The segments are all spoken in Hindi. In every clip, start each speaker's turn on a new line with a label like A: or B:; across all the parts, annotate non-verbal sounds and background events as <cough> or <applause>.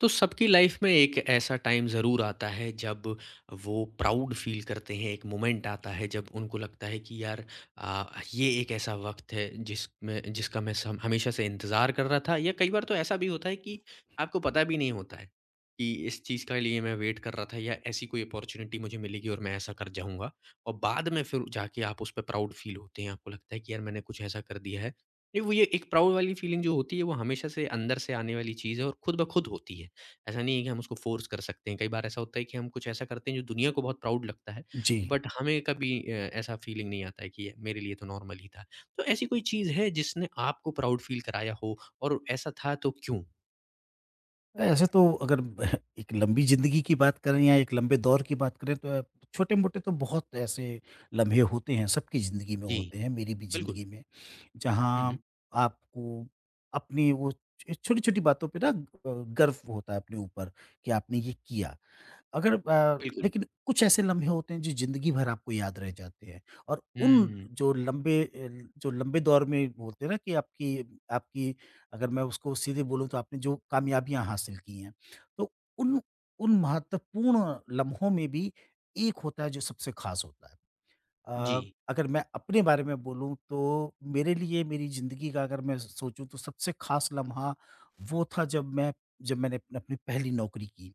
A: तो सबकी लाइफ में एक ऐसा टाइम ज़रूर आता है जब वो प्राउड फील करते हैं। एक मोमेंट आता है जब उनको लगता है कि यार, अ, ये एक ऐसा वक़्त है जिसमें जिसका मैं सम हमेशा से इंतज़ार कर रहा था। या कई बार तो ऐसा भी होता है कि आपको पता भी नहीं होता है कि इस चीज़ के लिए मैं वेट कर रहा था या ऐसी कोई अपॉर्च्युनिटी मुझे मिलेगी और मैं ऐसा कर जाऊँगा। और बाद में फिर जाके आप उस पे प्राउड फील होते हैं, आपको लगता है कि यार मैंने कुछ ऐसा कर दिया है। ये एक प्राउड वाली फीलिंग जो होती है वो हमेशा से अंदर से आने वाली चीज़ है और खुद ब खुद होती है। ऐसा नहीं है कि हम उसको फ़ोर्स कर सकते हैं। कई बार ऐसा होता है कि हम कुछ ऐसा करते हैं जो दुनिया को बहुत प्राउड लगता है,
B: जी।
A: बट हमें कभी ऐसा फ़ीलिंग नहीं आता है कि ये मेरे लिए तो नॉर्मल ही था। तो ऐसी कोई चीज़ है जिसने आपको प्राउड फ़ील कराया हो और ऐसा था तो क्यों?
B: ऐसे तो अगर <laughs> एक लंबी ज़िंदगी की बात करें या एक लंबे दौर की बात करें तो छोटे-मोटे तो बहुत ऐसे लम्हे होते हैं, सबकी ज़िंदगी में
A: जी,
B: होते हैं, मेरी भी ज़िंदगी
A: बिल्कुल।
B: में,
A: हुँ,
B: जहाँ
A: हुँ,
B: आपको अपनी वो छ छोटी-छोटी बातों पे ना गर्व होता है अपने ऊपर कि आपने ये किया। अगर अ,
A: बिल्कुल।
B: लेकिन कुछ ऐसे लम्हे होते हैं जो ज़िंदगी भर आपको याद रह जाते हैं और उन
A: हुँ,
B: जो लंबे अ, जो लंबे दौर में बोलते हैं ना कि आपकी आपकी अगर मैं उसको सीधे बोलूँ तो आपने जो कामयाबियाँ हासिल की हैं, तो उन उन महत्वपूर्ण लम्हों में भी एक होता है जो सबसे ख़ास होता है।
A: जी।
B: अ, अगर मैं अपने बारे में बोलूँ तो मेरे लिए मेरी ज़िंदगी का अगर मैं सोचूँ तो सबसे ख़ास लम्हा वो था जब मैंने अपनी अपनी पहली नौकरी की।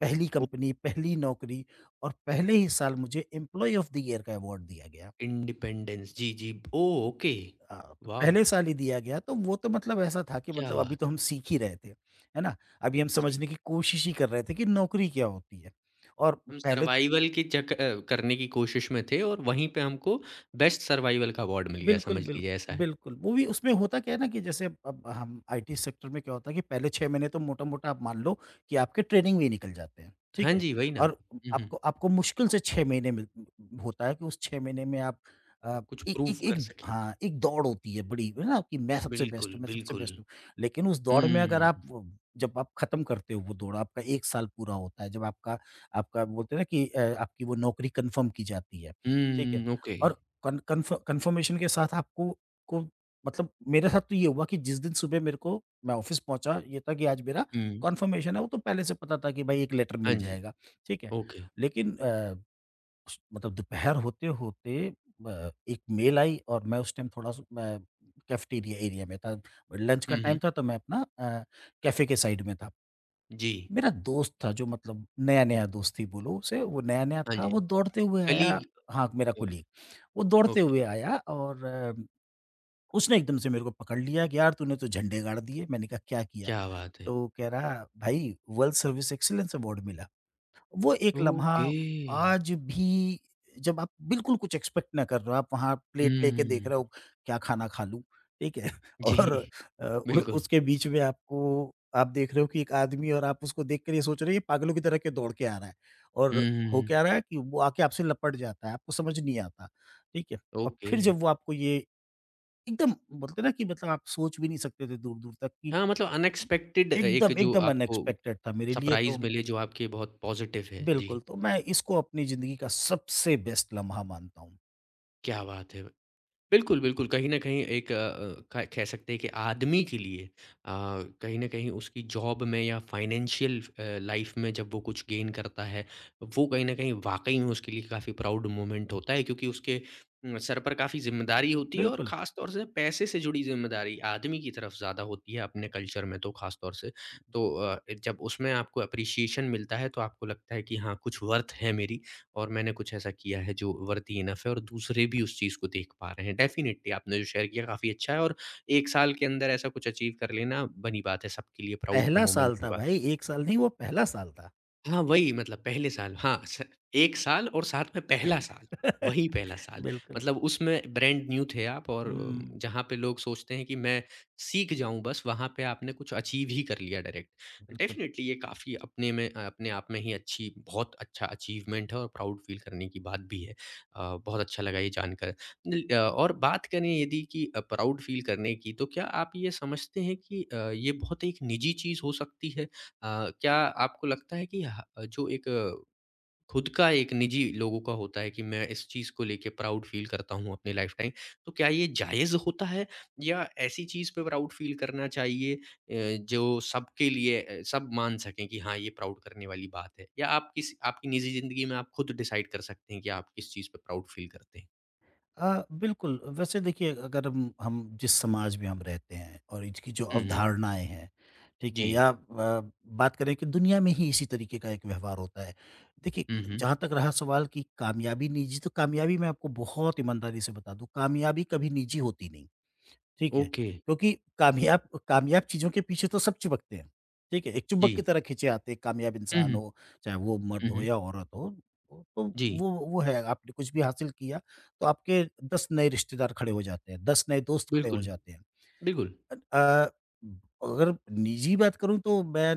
B: पहली
A: ओह!
B: कंपनी, पहली नौकरी और पहले ही साल मुझे एम्प्लॉयी ऑफ़ द ईयर का अवार्ड दिया गया।
A: इंडिपेंडेंस। जी, जी। ओह! ओके।
B: अ, तो
A: वॉव!
B: पहले साल ही दिया गया तो वो तो मतलब ऐसा था कि
A: क्या
B: मतलब अभी तो
A: बात है।
B: हम सीख ही रहे थे, है ना? अभी हम
A: हाँ जी।
B: समझने की कोशिश ही कर रहे थे कि नौकरी क्या होती है? और
A: हम
B: पहले
A: सर्वाइवल की करने की कोशिश में थे और वहीं पे हमको बेस्ट सर्वाइवल का अवार्ड मिल गया,
B: बिल्कुल,
A: समझ
B: बिल्कुल,
A: लीजिए ऐसा है।
B: बिल्कुल। वो भी उसमें होता क्या है ना कि जैसे अब हम आईटी सेक्टर में क्या होता है कि पहले 6 महीने तो मोटा-मोटा आप मान लो कि आपके ट्रेनिंग में ही निकल जाते हैं, ठीक
A: हाँ
B: है?
A: जी, वही ना।
B: और
A: हुँ, हुँ।
B: आपको आपको मुश्किल से 6 महीने मिल होता है कि उस 6 महीने में आप अ,
A: अब कुछ
B: एक
A: प्रूव
B: एक एक
A: कर
B: द
A: सकें।
B: हाँ, एक दौड़ होती है बड़ी, है ना? कि मैं सबसे बेस्ट
A: बिल्कुल,
B: हूँ, मैं सबसे
A: बिल्कुल।
B: बेस्ट हूँ। लेकिन उस दौड़ में अगर
A: हुँ,
B: आप व जब आप खत्म करते हो वो दौड़, आपका 1 साल पूरा होता है, जब आपका आपका बोलते हैं ना कि आपकी वो नौकरी कन्फर्म की जाती है, ठीक है?
A: हुँ, ओके।
B: और कन कन्फ कन्फर्मेशन के साथ आपको को मतलब मेरे साथ तो ये हुआ कि जिस दिन सुबह मेरे को मैं ऑफिस पहुँचा, ये था कि आज मेरा
A: हुँ।
B: कन्फर्मेशन है, वो तो पहले से पता था कि भाई 1 लेटर
A: हाँ
B: मिल
A: जी,
B: जाएगा, ठीक है।
A: ओके।
B: लेकिन अ, स मतलब दोपहर होते-होते एक मेल आई और मैं उस टाइम थोड़ा-सा मैं कैफ़ेटेरिया एरिया में था। लंच का
A: हुँ,
B: टाइम
A: हुँ।
B: था, तो मैं अपना कैफ़े के साइड में था।
A: जी,
B: मेरा दोस्त था जो मतलब नया-नया दोस्त ही बोलो उसे, वो नया-नया
A: हाँ
B: था,
A: जी।
B: वो दौड़ते हुए आया
A: कलीग।
B: हाँ, मेरा
A: ओके,
B: कोलीग। वो दौड़ते
A: ओके।
B: हुए आया और उसने एकदम से मेरे को पकड़ लिया कि यार तूने तो झंडे गाड़ दिए। मैंने कहा क्या किया?
A: क्या बात है!
B: तो कह रहा भाई वर्ल्ड सर्विस एक्सीलेंस अवार्ड मिला। वो एक लम्हा
A: ओके।
B: आज भी जब आप बिल्कुल कुछ एक्सपेक्ट ना कर रहे हो, आप वहाँ प्लेट लेके देख
A: हुँ।
B: रहे हो, क्या खाना खा लूँ? ठीक है?
A: जी,
B: <laughs> और
A: <laughs>
B: अ, उ
A: बिल्कुल।
B: उसके बीच में आपको आप देख रहे हो कि एक आदमी है और आप उसको देख कर ये सोच रहे हो ये पागलों की तरह क्यों दौड़ के आ रहा है? और हो
A: हुँ।
B: क्या रहा है कि वो आके आपसे लपट जाता है, आपको समझ नहीं आता। ठीक है? और
A: ओके।
B: फिर जब वो आपको ये एकदम बोलते हैं ना कि मतलब आप सोच भी नहीं सकते थे दूर-दूर तक कि
A: हाँ, मतलब अनएक्सपेक्टेड एक
B: एकदम,
A: जो
B: एकदम
A: आपको
B: अनएक्सपेक्टेड था मेरे लिए तो
A: सरप्राइज़ मिले जो आपके बहुत पॉज़िटिव है। जी,
B: बिल्कुल, तो मैं इसको अपनी ज़िंदगी का सबसे बेस्ट लम्हा मानता हूँ।
A: क्या बात है! बिल्कुल, बिल्कुल। कहीं न कहीं एक अ अ, क कह सकते हैं कि आदमी के लिए कहीं न कहीं उसकी जॉब में या फाइनेंशियल लाइफ़ में जब वो कुछ गेन करता है, वो कहीं न कहीं वाक़ई में उसके लिए काफ़ी प्राउड मोमेंट होता है क्योंकि उसके सर पर काफ़ी ज़िम्मेदारी होती है और
B: बिल्कुल,
A: ख़ास तौर से पैसे से जुड़ी ज़िम्मेदारी आदमी की तरफ ज़्यादा होती है अपने कल्चर में तो ख़ास तौर से। तो अ, जब उसमें आपको एप्रिसिएशन मिलता है तो आपको लगता है कि हाँ, कुछ वर्थ है मेरी और मैंने कुछ ऐसा किया है जो वर्दी इनफ़ है और दूसरे भी उस चीज़ को देख पा रहे हैं। डेफ़िनिटली आपने जो शेयर किया काफ़ी अच्छा है और 1 साल के अंदर ऐसा कुछ अचीव कर लेना बनी बात है सबके लिए प्राउड का
B: पहला
A: मोमेंट
B: साल था
A: होगा।
B: भाई, 1 साल नहीं वो पहला साल था।
A: हाँ, वही मतलब पहले साल हाँ, स 1 साल और साथ में पहला साल, वही पहला
B: <laughs>
A: साल।
B: बिल्कुल,
A: मतलब उसमें ब्रांड न्यू थे आप और
B: हुँ,
A: जहाँ पे लोग सोचते हैं कि मैं सीख जाऊँ बस, वहाँ पे आपने कुछ अचीव ही कर लिया डायरेक्ट।
B: बिल्कुल।
A: डेफ़िनिटली ये काफ़ी अपने आप में ही अच्छी बहुत अच्छा अचीवमेंट है और प्राउड फ़ील करने की बात भी है। बहुत अच्छा लगा ये जानकर। और बात करें यदि कि प्राउड फ़ील करने की, तो क्या आप ये समझते हैं कि ये बहुत एक निजी चीज़ हो सकती है? क्या आपको लगता है कि ह जो एक खुद का एक निजी लोगों का होता है कि मैं इस चीज़ को लेके प्राउड फ़ील करता हूँ अपनी लाइफ़टाइम, तो क्या ये जायज़ होता है? या ऐसी चीज़ पे प्राउड फ़ील करना चाहिए जो सबके लिए सब मान सकें कि हाँ, ये प्राउड करने वाली बात है? या आप किस आपकी निजी ज़िंदगी में आप खुद डिसाइड कर सकते हैं कि आप किस चीज़ पे प्राउड फ़ील करते हैं?
B: बिल्कुल, वैसे देखिए अगर हम जिस समाज में हम रहते हैं और इसकी जो
A: हुँ, हुँ।
B: अवधारणाएँ हैं, ठीक है?
A: जी।
B: या बात करें कि दुनिया में ही इसी तरीके का एक व्यवहार होता है। देखिए,
A: हुँ, हुँ।
B: जहाँ तक रहा सवाल कि कामयाबी निजी तो कामयाबी मैं आपको बहुत ईमानदारी से बता दूँ, कामयाबी कभी निजी होती नहीं। ठीक है?
A: ओके।
B: क्योंकि कामयाब कामयाब चीज़ों के पीछे तो सब चिपकते हैं, ठीक है? एक
A: जी।
B: चुम्बक की तरह खींचे आते हैं, कामयाब
A: हुँ,
B: इंसान
A: हुँ।
B: हो, चाहे वो मर्द
A: हुँ,
B: हो
A: हुँ।
B: या औरत हो, तो
A: जी,
B: वो है। आपने कुछ भी हासिल किया, तो आपके 10 नए रिश्तेदार खड़े हो जाते हैं, 10 नए दोस्त खड़े हो
A: बिल्कुल।
B: जाते हैं।
A: बिल्कुल।
B: अ अ, अगर निजी बात करूँ तो मैं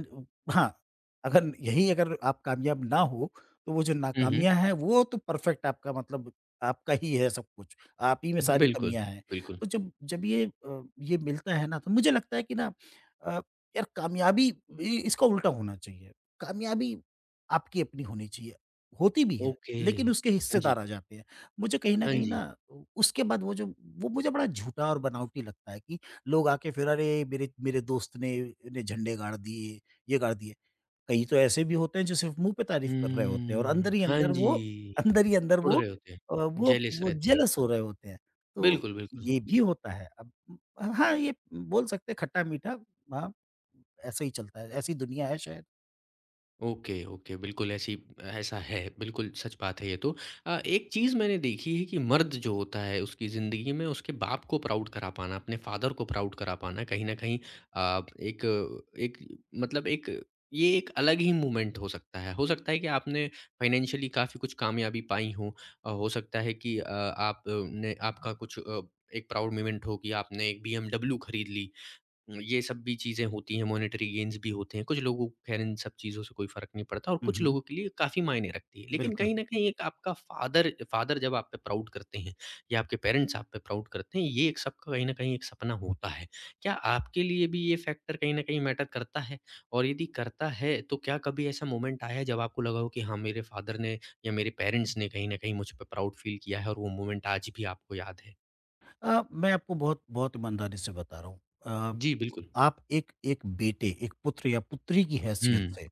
B: हाँ, अगर आप कामयाब ना हो, तो वो जो
A: हुँ, हुँ।
B: नाकामियाँ हैं, वो तो परफ़ेक्ट आपका मतलब आपका ही है सब कुछ, आप ही में सारी
A: बिल्कुल,
B: कमियाँ हैं।
A: बिल्कुल।
B: तो जब जब ये मिलता है ना, तो मुझे लगता है कि ना अ, यार कामयाबी इ इसका उल्टा होना चाहिए। कामयाबी आपकी अपनी होनी चाहिए, होती भी है,
A: ओके।
B: लेकिन उसके
A: हाँ जी,
B: हिस्सेदार आ जाते हैं। मुझे कहीं न
A: हाँ
B: कहीं ना,
A: जी।
B: उसके बाद वो मुझे बड़ा झूठा और बनावटी लगता है कि लोग आके फिर अरे मेरे मेरे दोस्त ने झंडे गाड़ दिए, ये गाड़ दिए। कई तो ऐसे भी होते हैं जो सिर्फ़ मुँह पे तारीफ़ कर रहे होते हैं और अंदर ही
A: हाँ
B: अंदर
A: जी,
B: वो अंदर ही अंदर
A: उड़
B: वो
A: रहे होते हैं,
B: अ, वो
A: जेलिस
B: वो
A: रहते हैं।
B: जेलस हो रहे होते हैं। तो
A: बिल्कुल, बिल्कुल।
B: ये भी होता है। अब हाँ, ये बोल सकते हैं खट्टा-मीठा हाँ, ऐसे ही चलता है, ऐसी दुनिया है शायद।
A: Okay, okay. बिल्कुल ऐसी ऐसा है, बिल्कुल सच बात है ये तो। एक चीज़ मैंने देखी है कि मर्द जो होता है उसकी ज़िंदगी में उसके बाप को प्राउड करा पाना, अपने फ़ादर को प्राउड करा पाना कहीं न कहीं अ, एक एक मतलब एक ये एक अलग ही मूवमेंट हो सकता है। हो सकता है कि आपने फ़ाइनेंशियली काफ़ी कुछ कामयाबी पाई हो। हो सकता है कि आपने आपका कुछ एक प्राउड मोमेंट हो कि आपने एक बीएमडब्ल्यू खरीद ली। ये सब भी चीज़ें होती हैं, मॉनेटरी गेन्स भी होते हैं। कुछ लोगों को ख़ैर इन सब चीज़ों से कोई फ़र्क नहीं पड़ता और
B: हुँ,
A: कुछ
B: हुँ,
A: लोगों के लिए काफ़ी मायने रखती है। लेकिन
B: बिल्कुल।
A: कहीं न कहीं एक आपका फ़ादर फ़ादर जब आप पे प्राउड करते हैं या आपके पेरेंट्स आप पे प्राउड करते हैं, ये एक सबका कहीं न कहीं एक सपना होता है। क्या आपके लिए भी ये फ़ैक्टर कहीं न कहीं मैटर करता है? और यदि करता है, तो क्या कभी ऐसा मोमेंट आया है जब आपको लगा हो कि हाँ, मेरे फ़ादर ने या मेरे पेरेंट्स ने कहीं न कहीं मुझ पे प्राउड फ़ील किया है और वो मोमेंट आज भी आपको याद है?
B: मैं आपको बहुत बहुत ईमानदारी से बता रहा हूँ। अ,
A: जी, बिल्कुल।
B: आप एक एक बेटे, एक पुत्र या पुत्री की हैसियत
A: हुँ।
B: से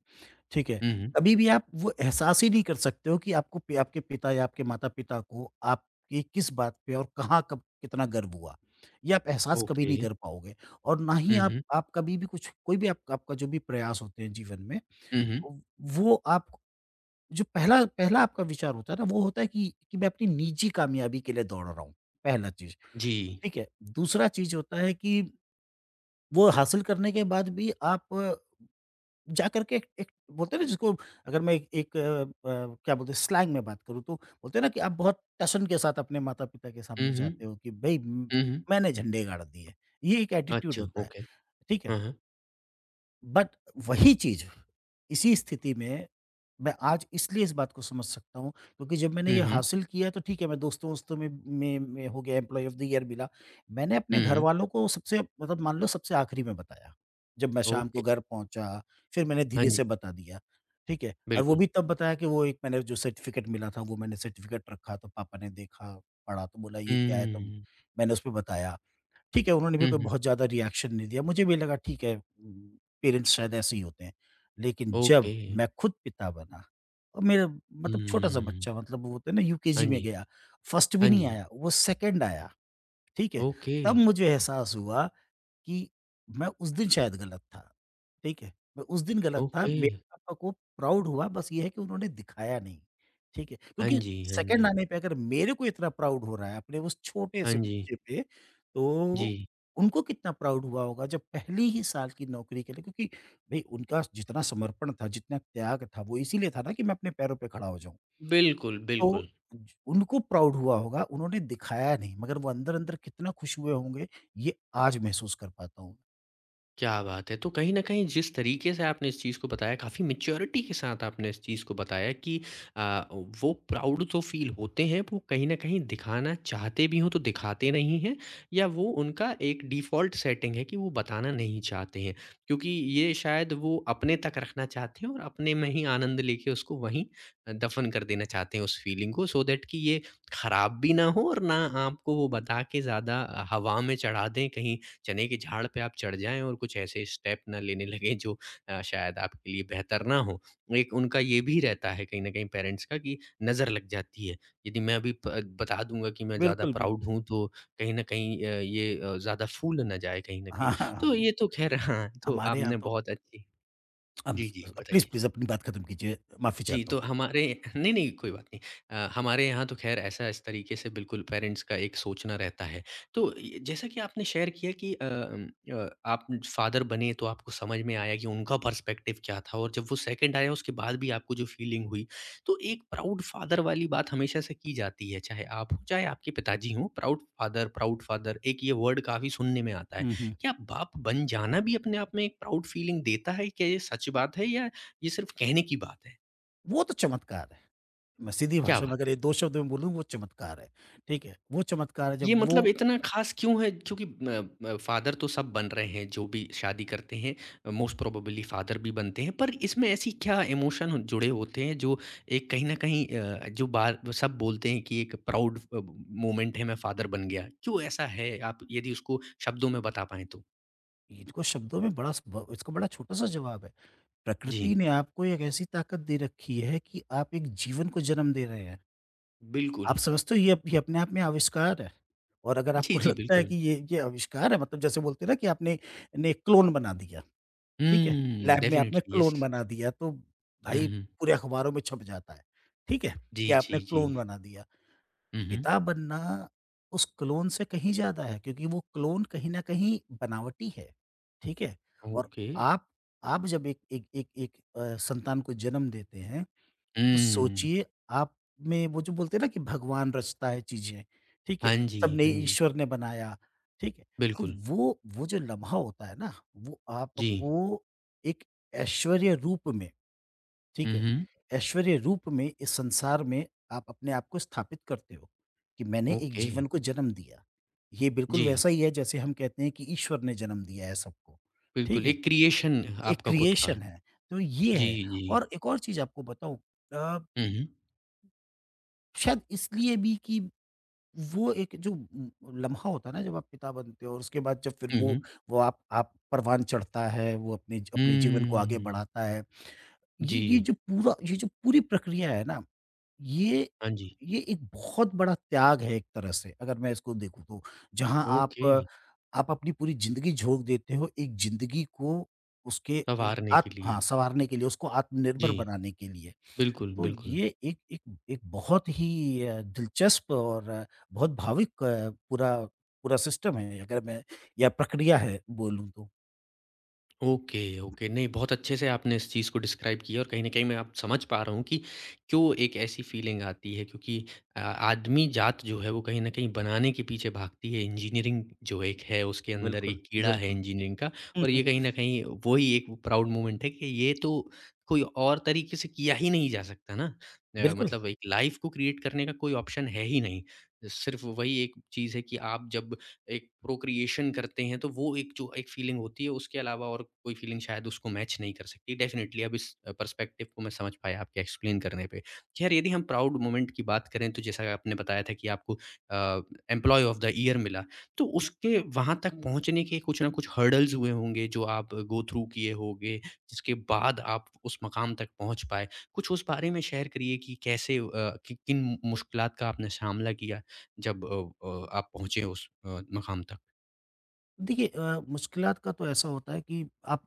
B: ठीक है।
A: हुँ, हुँ।
B: कभी भी आप वो एहसास ही नहीं कर सकते हो कि आपको पि आपके पिता या आपके माता-पिता को आपकी किस बात पे और कहाँ कब कितना गर्व हुआ। ये आप एहसास कभी
A: ओके।
B: नहीं कर पाओगे और ना ही
A: हुँ,
B: आप
A: हुँ।
B: आप कभी भी कुछ कोई भी आप आपका जो भी प्रयास होते हैं जीवन में,
A: हुँ, हुँ।
B: वो आप जो पहला पहला आपका विचार होता है ना, वो होता है कि मैं अपनी निजी कामयाबी के लिए दौड़ रहा हूँ, पहला चीज़,
A: जी।
B: ठीक है। दूसरा चीज़ होता है कि वो हासिल करने के बाद भी आप जाकर के एक एक बोलते हैं ना जिसको अगर मैं एक एक अ अ, क्या बोलते हैं स्लैंग में बात करूँ तो बोलते हैं ना कि आप बहुत टशन के साथ अपने माता-पिता के
A: हुँ,
B: सामने
A: हुँ।
B: जाते हो कि भई
A: हुँ, हुँ।
B: मैंने झंडे गाड़ दिए। ये एक एटीट्यूड
A: अच्छा,
B: होता है,
A: ओके।
B: ठीक है?
A: हाँ, हाँ।
B: बट वही चीज़ इसी स्थिति में, मैं आज इसलिए इस बात को समझ सकता हूँ, क्योंकि जब मैंने
A: हुँ,
B: ये
A: हुँ।
B: हासिल किया तो ठीक है मैं दोस्तों-वोस्तों में में हो गया एम्प्लॉयी ऑफ़ द ईयर मिला। मैंने अपने
A: हुँ, हुँ।
B: घरवालों को सबसे मतलब मान लो सबसे आखिरी में बताया। जब मैं शाम को
A: ओके।
B: घर पहुँचा, फिर मैंने
A: हाँ
B: धीरे
A: जी,
B: से बता दिया, ठीक है? और वो
A: बिल्कुल।
B: भी तब बताया कि वो एक मैंने जो सर्टिफ़िकेट मिला था वो मैंने सर्टिफ़िकेट रखा तो पापा ने देखा, पढ़ा तो बोला ये क्या है? तो
A: हुँ।
B: मैंने उसपे बताया। ठीक है, उन्होंने भी
A: हुँ,
B: कोई
A: हुँ।
B: बहुत ज़्यादा रिएक्शन नहीं दिया। मुझे भी लगा ठीक है पेरेंट्स शायद ऐसे ही होते हैं। लेकिन
A: ओके।
B: जब मैं खुद पिता बना और मेरा मतलब छोटा-सा
A: हुँ।
B: बच्चा मतलब वो होता है ना
A: हाँ
B: यूकेजी में
A: जी।
B: गया, फर्स्ट भी
A: हाँ
B: नहीं
A: जी।
B: आया, वो सेकंड आया, ठीक है?
A: ओके,
B: तब मुझे एहसास हुआ कि मैं उस दिन शायद गलत था, ठीक है? मैं उस दिन गलत था,
A: ओके।
B: मेरे पापा को प्राउड हुआ बस ये है कि उन्होंने दिखाया नहीं, ठीक है?
A: हाँ
B: क्योंकि
A: जी, हाँ
B: सेकंड
A: जी।
B: आने पे अगर मेरे को इतना प्राउड हो रहा है अपने उस
A: हाँ
B: छोटे-से
A: जी।
B: बच्चे पे, तो
A: जी।
B: उनको कितना प्राउड हुआ होगा जब पहली ही साल की नौकरी के लिए क्योंकि भई उनका जितना समर्पण था, जितना त्याग था, वो इसीलिए था ना कि मैं अपने पैरों पे खड़ा हो जाऊँ।
A: बिल्कुल,
B: तो
A: बिल्कुल।
B: ज उनको प्राउड हुआ होगा, उन्होंने दिखाया नहीं मगर वो अंदर-अंदर कितना खुश हुए होंगे, ये आज महसूस कर पाता हूँ।
A: क्या बात है! तो कहीं न कहीं जिस तरीके से आपने इस चीज़ को बताया, काफ़ी मैच्योरिटी के साथ आपने इस चीज़ को बताया कि अ, वो प्राउड तो फ़ील होते हैं, वो कहीं न कहीं दिखाना चाहते भी हों तो दिखाते नहीं हैं या वो उनका एक डिफ़ॉल्ट सेटिंग है कि वो बताना नहीं चाहते हैं। क्योंकि ये शायद वो अपने तक रखना चाहते हैं और अपने में ही आनंद लेके उसको वहीं दफ़न कर देना चाहते हैं उस फ़ीलिंग को सो दैट कि ये खराब भी ना हो और ना आपको वो बता के ज़्यादा हवा में चढ़ा दें, कहीं चने के झाड़ पे आप चढ़ जाएँ और कुछ ऐसे स्टेप ना लेने लगें जो शायद आपके लिए बेहतर ना हो। एक उनका ये भी रहता है कहीं न कहीं पेरेंट्स का कि नज़र लग जाती है। यदि मैं अभी प बता दूँगा कि मैं ज़्यादा
B: बिल्कुल,
A: प्राउड
B: बिल्कुल।
A: हूँ तो कहीं न कहीं ज़्यादा फूल ना जाए कहीं न
B: हाँ,
A: कहीं।
B: हाँ,
A: तो
B: हम
A: ये तो ख़ैर हाँ, तो
B: हमारे यहाँ
A: आपने
B: तो
A: बहुत अच्छी।
B: हम
A: जी, जी,
B: प्लीज़,
A: बताइए।
B: प्लीज़ अपनी बात ख़त्म कीजिए, माफ़ी
A: जी,
B: चाहता हूँ।
A: तो हमारे <laughs> नहीं, नहीं, कोई बात नहीं। हमारे यहाँ तो ख़ैर ऐसा इस तरीके से बिल्कुल पेरेंट्स का एक सोचना रहता है। तो य जैसा कि आपने शेयर किया कि आप फ़ादर बने तो आपको समझ में आया कि उनका पर्सपेक्टिव क्या था और जब वो 2nd आया उसके बाद भी आपको जो फ़ीलिंग हुई। तो एक प्राउड फ़ादर वाली बात हमेशा से की जाती है, चाहे आप हों, चाहे आपके पिताजी हों, प्राउड फ़ादर एक ये वर्ड काफ़ी सुनने में आता है।
B: हुँ, हुँ।
A: क्या बाप बन जाना भी अपने आप में एक प्राउड फ़ीलिंग देता है? क्या ये सच बात है या ये सिर्फ़ कहने की बात है?
B: वो तो चमत्कार है। मैं सीधी
A: क्या
B: भाषा में
A: बात
B: अगर ये
A: है!
B: 2 शब्द में बोलूँ वो चमत्कार है, ठीक है? वो चमत्कार है
A: ये
B: जब वो
A: मतलब इतना ख़ास क्यों है? क्योंकि फ़ादर तो सब बन रहे हैं, जो भी शादी करते हैं, मोस्ट प्रोबेबली फ़ादर भी बनते हैं। पर इसमें ऐसी क्या इमोशन जुड़े होते हैं, जो एक कहीं न कहीं जो बार सब बोलते हैं कि एक प्राउड मोमेंट है, मैं फ़ादर बन गया। क्यों ऐसा है? आप यदि उसको शब्दों में बता पाएँ तो?
B: इनको शब्दों में बड़ा स ब इसका बड़ा छोटा-सा जवाब है।
A: जी।
B: प्रकृति ने आपको एक ऐसी ताकत दे रखी है कि आप एक जीवन को जन्म दे रहे हैं। आप
A: बिल्कुल।
B: समझते हो ये अपने आप में आविष्कार है और अगर आपको
A: जी, जी,
B: <laughs> लगता है
A: बिल्कुल।
B: कि ये आविष्कार है मतलब जैसे बोलते हैं ना कि आपने ने क्लोन बना दिया। ठीक है?
A: हुँ,
B: लैब में आपने
A: डेफ़िनिटली, येस।
B: क्लोन बना दिया तो
A: हुँ,
B: भाई
A: हुँ।
B: पूरे अखबारों में छप जाता है, ठीक है?
A: जी,
B: कि आपने
A: जी, जी।
B: क्लोन बना दिया।
A: हुँ, हुँ।
B: पिता बनना उस क्लोन से कहीं ज़्यादा है क्योंकि वो क्लोन कहीं न कहीं बनावटी है, ठीक है? और
A: ओके।
B: आप आप जब एक एक एक एक अ, संतान को जन्म देते हैं तो
A: हुँ।
B: सोचिए आप में वो जो बोलते हैं ना कि भगवान रचता है चीज़ें, ठीक है?
A: हाँ जी,
B: सबने
A: हाँ जी।
B: ईश्वर ने बनाया, ठीक है? तो
A: बिल्कुल।
B: वो जो लम्हा होता है ना, वो
A: जी।
B: आपको एक ऐश्वर्य रूप में,
A: हुँ,
B: ठीक है?
A: हुँ।
B: ऐश्वर्य रूप में इस संसार में आप अपने आप को स्थापित करते हो, कि मैंने एक
A: ओके।
B: जीवन को जन्म दिया। ये बिल्कुल
A: जी,
B: वैसा ही है जैसे हम कहते हैं कि ईश्वर ने जन्म दिया है सबको, ठीक
A: बिल्कुल
B: है?
A: एक क्रिएशन
B: एक
A: आपका खुद का।
B: क्रिएशन है, तो ये
A: जी,
B: है
A: जी।
B: और एक और चीज़ आपको बताऊँ अ
A: हुँ, हुँ।
B: शायद इसलिए भी कि वो एक जो लम्हा होता है ना जब आप पिता बनते हो और उसके बाद जब फिर
A: हुँ,
B: वो
A: हुँ।
B: वो आप परवान चढ़ता है, वो अपने ज अपने जीवन को आगे
A: हम्म,
B: बढ़ाता है। ये
A: जी।
B: जो पूरा ये जो पूरी प्रक्रिया है ना, ये
A: हाँ जी।
B: ये एक बहुत बड़ा त्याग है एक तरह से अगर मैं इसको देखूँ तो। जहाँ आप
A: ओके,
B: अ, आप अपनी पूरी ज़िंदगी झोंक देते हो एक ज़िंदगी को उसके उ
A: सँवारने के
B: आत्म हाँ,
A: लिए।
B: सँवारने के लिए, उसको आत्मनिर्भर
A: जी,
B: बनाने के लिए।
A: बिल्कुल,
B: तो
A: बिल्कुल।
B: ये एक एक एक बहुत ही दिलचस्प और बहुत भाविक पूरा पूरा सिस्टम है अगर मैं या प्रक्रिया है बोलूँ तो।
A: Okay, okay. नहीं, बहुत अच्छे से आपने इस चीज़ को डिस्क्राइब किया और कहीं न कहीं मैं अब समझ पा रहा हूँ कि क्यों एक ऐसी फीलिंग आती है क्योंकि आदमी जात जो है वो कहीं न कहीं बनाने के पीछे भागती है। इंजीनियरिंग जो एक है उसके अंदर
B: बिल्कुल,
A: एक कीड़ा है
B: बिल्कुल।
A: इंजीनियरिंग का और ये कहीं न
B: <laughs>
A: कहीं वही एक प्राउड मोमेंट है कि ये तो कोई और तरीके से किया ही नहीं जा सकता ना।
B: बिल्कुल।
A: मतलब एक लाइफ़ को क्रिएट करने का कोई ऑप्शन है ही नहीं। सिर्फ़ वही एक चीज़ है कि आप जब एक प्रोक्रिएशन करते हैं, तो वो एक जो एक फ़ीलिंग होती है, उसके अलावा और कोई फ़ीलिंग शायद उसको मैच नहीं कर सकती। डेफ़िनिटली अब इस पर्सपेक्टिव को मैं समझ पाया आपके एक्सप्लेन करने पे। ख़ैर यदि हम प्राउड मोमेंट की बात करें, तो जैसा आपने बताया था कि आपको अ, एम्प्लॉयी ऑफ़ द ईयर मिला, तो उसके वहाँ तक पहुँचने के कुछ ना कुछ हर्डल्स हुए होंगे, जो आप गो थ्रू किए होंगे, जिसके बाद आप उस मकाम तक पहुँच पाए। कुछ उस बारे में शेयर करिए कि कैसे कि किन मुश्किलात का आपने सामना किया? जब आप पहुँचे उस मक़ाम तक।
B: देखिए मुश्किलात का तो ऐसा होता है कि आप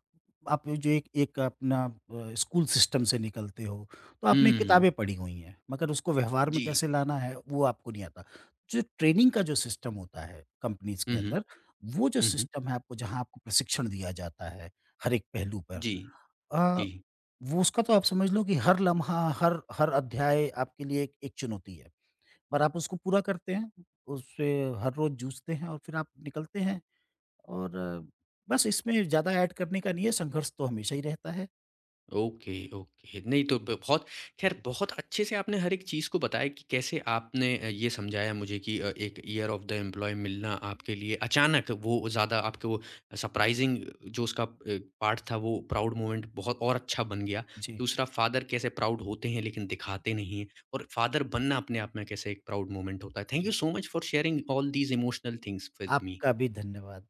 B: आप जो एक एक स्कूल सिस्टम से निकलते हो, तो आपने
A: हुँ,
B: किताबें पढ़ी हुई हैं, मगर उसको व्यवहार में
A: जी।
B: कैसे लाना है, वो आपको नहीं आता। जो ट्रेनिंग का जो सिस्टम होता है कंपनीज़ के
A: हुँ, हुँ।
B: अंदर, वो जो
A: हुँ, हुँ।
B: सिस्टम है आपको जहाँ आपको प्रशिक्षण दिया जाता है, हर एक पहलू पर
A: जी,
B: अ,
A: जी।
B: वो उसका तो आप समझ लो कि हर लम्हा, हर हर अध्याय आपके लिए एक एक चुनौती है, पर आप उसको पूरा करते हैं, उससे हर रोज़ जूझते हैं और फिर आप निकलते हैं। और बस इसमें ज़्यादा ऐड करने का नहीं है, संघर्ष तो हमेशा ही रहता है।
A: Okay, okay. नहीं तो ब बहुत ख़ैर बहुत अच्छे से आपने हर एक चीज़ को बताया कि कैसे आपने ये समझाया मुझे कि एक ईयर ऑफ द एम्प्लॉयी मिलना आपके लिए अचानक वो ज़्यादा आपके वो सरप्राइज़िंग जो उसका पार्ट था वो प्राउड मोमेंट बहुत और अच्छा बन गया।
B: जी।
A: दूसरा फ़ादर कैसे प्राउड होते हैं लेकिन दिखाते नहीं हैं और फ़ादर बनना अपने आप में कैसे एक प्राउड मोमेंट होता है। थैंक यू
B: जी।
A: So much for sharing all these emotional things with me.
B: आपका भी धन्यवाद।